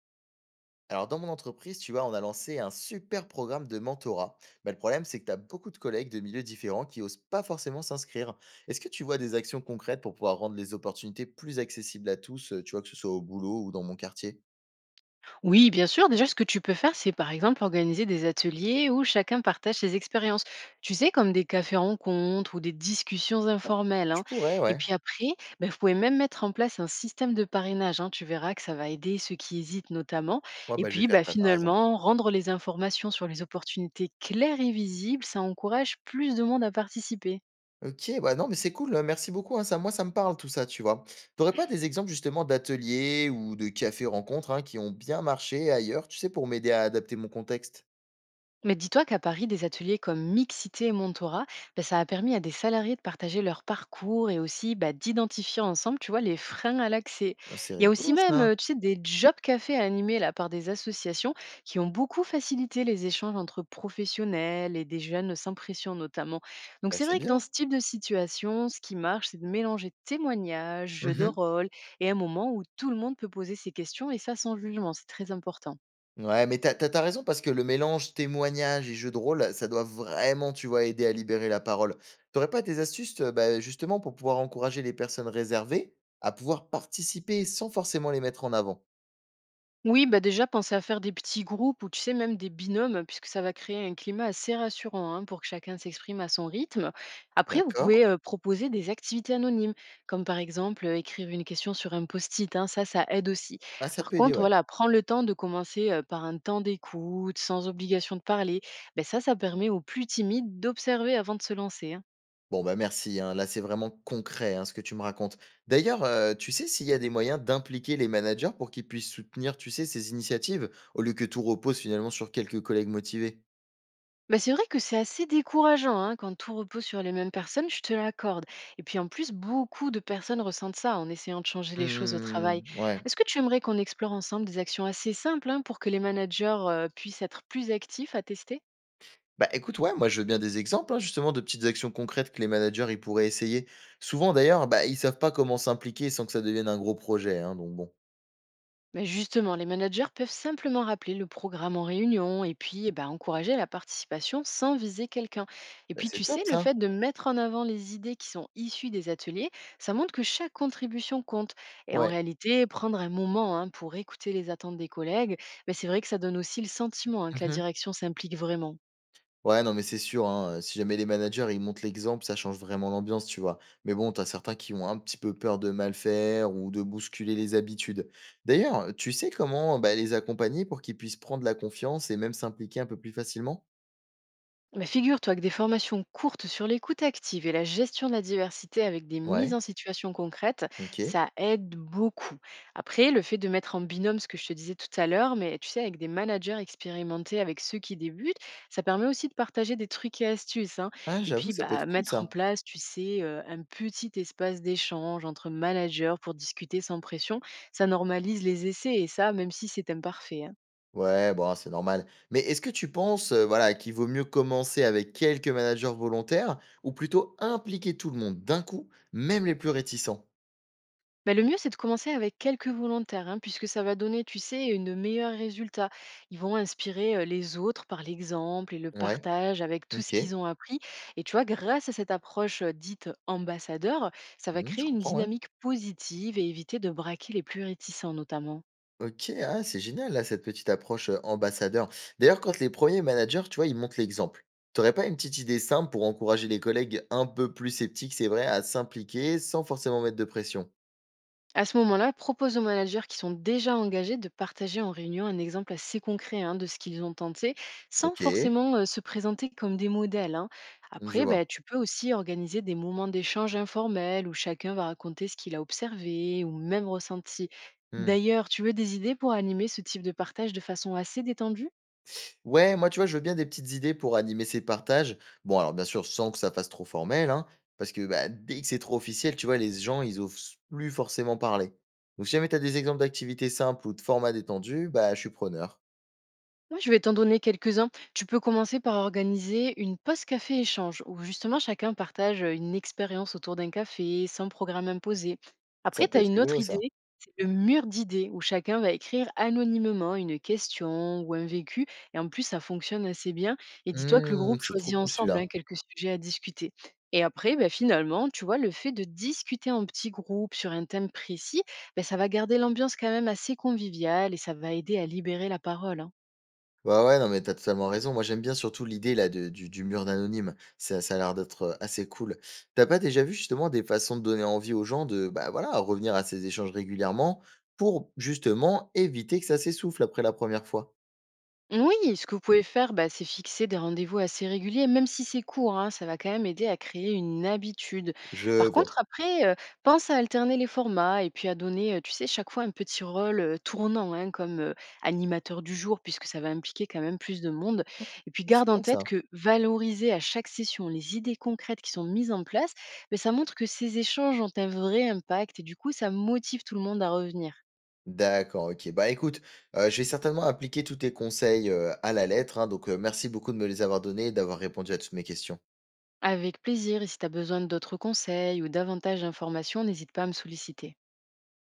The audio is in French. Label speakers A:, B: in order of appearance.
A: Alors, dans mon entreprise, tu vois, on a lancé un super programme de mentorat. Mais le problème, c'est que tu as beaucoup de collègues de milieux différents qui osent pas forcément s'inscrire. Est-ce que tu vois des actions concrètes pour pouvoir rendre les opportunités plus accessibles à tous, tu vois, que ce soit au boulot ou dans mon quartier?
B: Oui, bien sûr. Déjà, ce que tu peux faire, c'est par exemple organiser des ateliers où chacun partage ses expériences. Tu sais, comme des cafés-rencontres ou des discussions
A: Ouais.
B: informelles,
A: Je
B: hein.
A: pourrais,
B: Et
A: ouais.
B: puis après, ben, vous pouvez même mettre en place un système de parrainage, hein. Tu verras que ça va aider ceux qui hésitent notamment.
A: Ouais,
B: Et
A: bah, je vais
B: puis,
A: faire
B: bah
A: ça, t'as raison.
B: finalement, rendre les informations sur les opportunités claires et visibles, ça encourage plus de monde à participer.
A: Ok, bah non, mais c'est cool, merci beaucoup, hein, ça, moi, ça me parle tout ça, tu vois. T'aurais pas des exemples justement d'ateliers ou de cafés-rencontres, hein, qui ont bien marché ailleurs, tu sais, pour m'aider à adapter mon contexte?
B: Mais dis-toi qu'à Paris, des ateliers comme Mixité et Montora, ben, ça a permis à des salariés de partager leur parcours et aussi bah, d'identifier ensemble, tu vois, les freins à l'accès.
A: Ah, c'est
B: Il y a aussi
A: rigolo,
B: même,
A: ça.
B: tu sais, des job cafés animés là, par des associations qui ont beaucoup facilité les échanges entre professionnels et des jeunes sans pression notamment. Donc
A: Bah,
B: c'est
A: c'est
B: vrai que dans
A: bien.
B: ce type de situation, ce qui marche, c'est de mélanger témoignages, jeux de
A: Mhm.
B: rôle et un moment où tout le monde peut poser ses questions et ça sans jugement, c'est très important.
A: Ouais, mais t'as t'as tu raison parce que le mélange témoignage et jeu de rôle, ça doit vraiment, tu vois, aider à libérer la parole. T'aurais pas des astuces, bah, justement pour pouvoir encourager les personnes réservées à pouvoir participer sans forcément les mettre en avant?
B: Oui, bah déjà, pensez à faire des petits groupes ou tu sais, même des binômes, puisque ça va créer un climat assez rassurant hein, pour que chacun s'exprime à son rythme. Après, vous
A: D'accord.
B: pouvez proposer des activités anonymes, comme par exemple écrire une question sur un post-it, hein, ça aide aussi.
A: Ah, ça
B: Par
A: peut aider,
B: contre,
A: ouais.
B: voilà, prends le temps de commencer par un temps d'écoute, sans obligation de parler. Ben ça permet aux plus timides d'observer avant de se lancer, hein.
A: Bon, bah, merci, hein, là, c'est vraiment concret, hein, ce que tu me racontes. D'ailleurs, tu sais s'il y a des moyens d'impliquer les managers pour qu'ils puissent soutenir, tu sais, ces initiatives, au lieu que tout repose finalement sur quelques collègues motivés?
B: Bah, c'est vrai que c'est assez décourageant hein, quand tout repose sur les mêmes personnes, je te l'accorde. Et puis en plus, beaucoup de personnes ressentent ça en essayant de changer les choses au travail.
A: Mmh, ouais.
B: Est-ce que tu aimerais qu'on explore ensemble des actions assez simples hein, pour que les managers puissent être plus actifs à tester.
A: Bah, écoute, ouais, moi, je veux bien des exemples, hein, justement, de petites actions concrètes que les managers, ils pourraient essayer. Souvent, d'ailleurs, bah, ils savent pas comment s'impliquer sans que ça devienne un gros projet, hein, donc bon.
B: Bah, justement, les managers peuvent simplement rappeler le programme en réunion et puis eh ben, encourager la participation sans viser quelqu'un. Et
A: Bah,
B: puis, tu
A: c'est
B: sais,
A: top,
B: le
A: ça.
B: fait de mettre en avant les idées qui sont issues des ateliers, ça montre que chaque contribution compte. Et en
A: Ouais.
B: réalité, prendre un moment hein, pour écouter les attentes des collègues, mais c'est vrai que ça donne aussi le sentiment hein, que la
A: Mhm.
B: direction s'implique vraiment.
A: Ouais, non, mais c'est sûr, hein, si jamais les managers, ils montrent l'exemple, ça change vraiment l'ambiance, tu vois. Mais bon, t'as certains qui ont un petit peu peur de mal faire ou de bousculer les habitudes. D'ailleurs, tu sais comment, bah, les accompagner pour qu'ils puissent prendre la confiance et même s'impliquer un peu plus facilement?
B: Mais figure-toi que des formations courtes sur l'écoute active et la gestion de la diversité avec des mises
A: Ouais,
B: en situation concrètes,
A: ok.
B: ça aide beaucoup. Après, le fait de mettre en binôme ce que je te disais tout à l'heure, mais tu sais, avec des managers expérimentés, avec ceux qui débutent, ça permet aussi de partager des trucs et astuces, hein.
A: Ah,
B: Et
A: j'avoue,
B: puis,
A: ça peut être
B: bah,
A: cool,
B: mettre en
A: ça.
B: place, tu sais, un petit espace d'échange entre managers pour discuter sans pression, ça normalise les essais et ça, même si c'est imparfait, hein.
A: Ouais, bon, c'est normal. Mais est-ce que tu penses, voilà, qu'il vaut mieux commencer avec quelques managers volontaires ou plutôt impliquer tout le monde d'un coup, même les plus réticents?
B: Bah, le mieux, c'est de commencer avec quelques volontaires, hein, puisque ça va donner, tu sais, une meilleur résultat. Ils vont inspirer les autres par l'exemple et le
A: Ouais,
B: partage avec tout ce
A: OK.
B: qu'ils ont appris. Et tu vois, grâce à cette approche dite ambassadeur, ça va
A: Mmh, je
B: créer une
A: comprends, ouais.
B: dynamique positive et éviter de braquer les plus réticents notamment.
A: OK, ah, c'est génial là, cette petite approche, ambassadeur. D'ailleurs, quand les premiers managers, tu vois, ils montrent l'exemple, t'aurais pas une petite idée simple pour encourager les collègues un peu plus sceptiques, c'est vrai, à s'impliquer sans forcément mettre de pression?
B: À ce moment-là, propose aux managers qui sont déjà engagés de partager en réunion un exemple assez concret hein, de ce qu'ils ont tenté, sans
A: OK,
B: forcément se présenter comme des modèles, hein.
A: mmh, je
B: Après,
A: vois.
B: ben, tu peux aussi organiser des moments d'échange informels où chacun va raconter ce qu'il a observé ou même ressenti.
A: Mmh.
B: D'ailleurs, tu veux des idées pour animer ce type de partage de façon assez détendue.
A: Ouais, moi, tu vois, je veux bien des petites idées pour animer ces partages. Bon, alors bien sûr, sans que ça fasse trop formel, hein, parce que bah, dès que c'est trop officiel, tu vois, les gens, ils osent plus forcément parler. Donc, si jamais tu as des exemples d'activités simples ou de formats détendus, bah, je suis preneur.
B: Moi, je vais t'en donner quelques-uns. Tu peux commencer par organiser une pause café échange où justement chacun partage une expérience autour d'un café sans programme imposé.
A: Ça
B: Après, tu
A: peut
B: as
A: être
B: une
A: rigolo,
B: autre
A: ça.
B: idée, c'est le mur d'idées où chacun va écrire anonymement une question ou un vécu. Et en plus, ça fonctionne assez bien. Et dis-toi que le groupe
A: C'est trop
B: choisit
A: cool
B: ensemble
A: celui-là.
B: hein, quelques sujets à discuter. Et après, ben, finalement, tu vois, le fait de discuter en petits groupes sur un thème précis, ben, ça va garder l'ambiance quand même assez conviviale et ça va aider à libérer la parole, hein.
A: Bah, ouais, non, mais t'as totalement raison. Moi, j'aime bien surtout l'idée là de du mur d'anonyme. Ça ça a l'air d'être, assez cool. T'as pas déjà vu justement des façons de donner envie aux gens de, bah, voilà, revenir à ces échanges régulièrement pour justement éviter que ça s'essouffle après la première fois?
B: Oui, ce que vous pouvez faire, bah, c'est fixer des rendez-vous assez réguliers, même si c'est court, hein, ça va quand même aider à créer une habitude.
A: Je
B: Par contre,
A: vois.
B: après, pense à alterner les formats et puis à donner, tu sais, chaque fois un petit rôle tournant, hein, comme animateur du jour, puisque ça va impliquer quand même plus de monde. Et puis
A: C'est
B: garde en
A: vrai
B: tête
A: ça.
B: que valoriser à chaque session les idées concrètes qui sont mises en place, mais ça montre que ces échanges ont un vrai impact et du coup, ça motive tout le monde à revenir.
A: D'accord, OK. Bah, écoute, je vais certainement appliquer tous tes conseils, à la lettre, hein, donc, merci beaucoup de me les avoir donnés et d'avoir répondu à toutes mes questions.
B: Avec plaisir et si tu as besoin d'autres conseils ou davantage d'informations, n'hésite pas à me solliciter.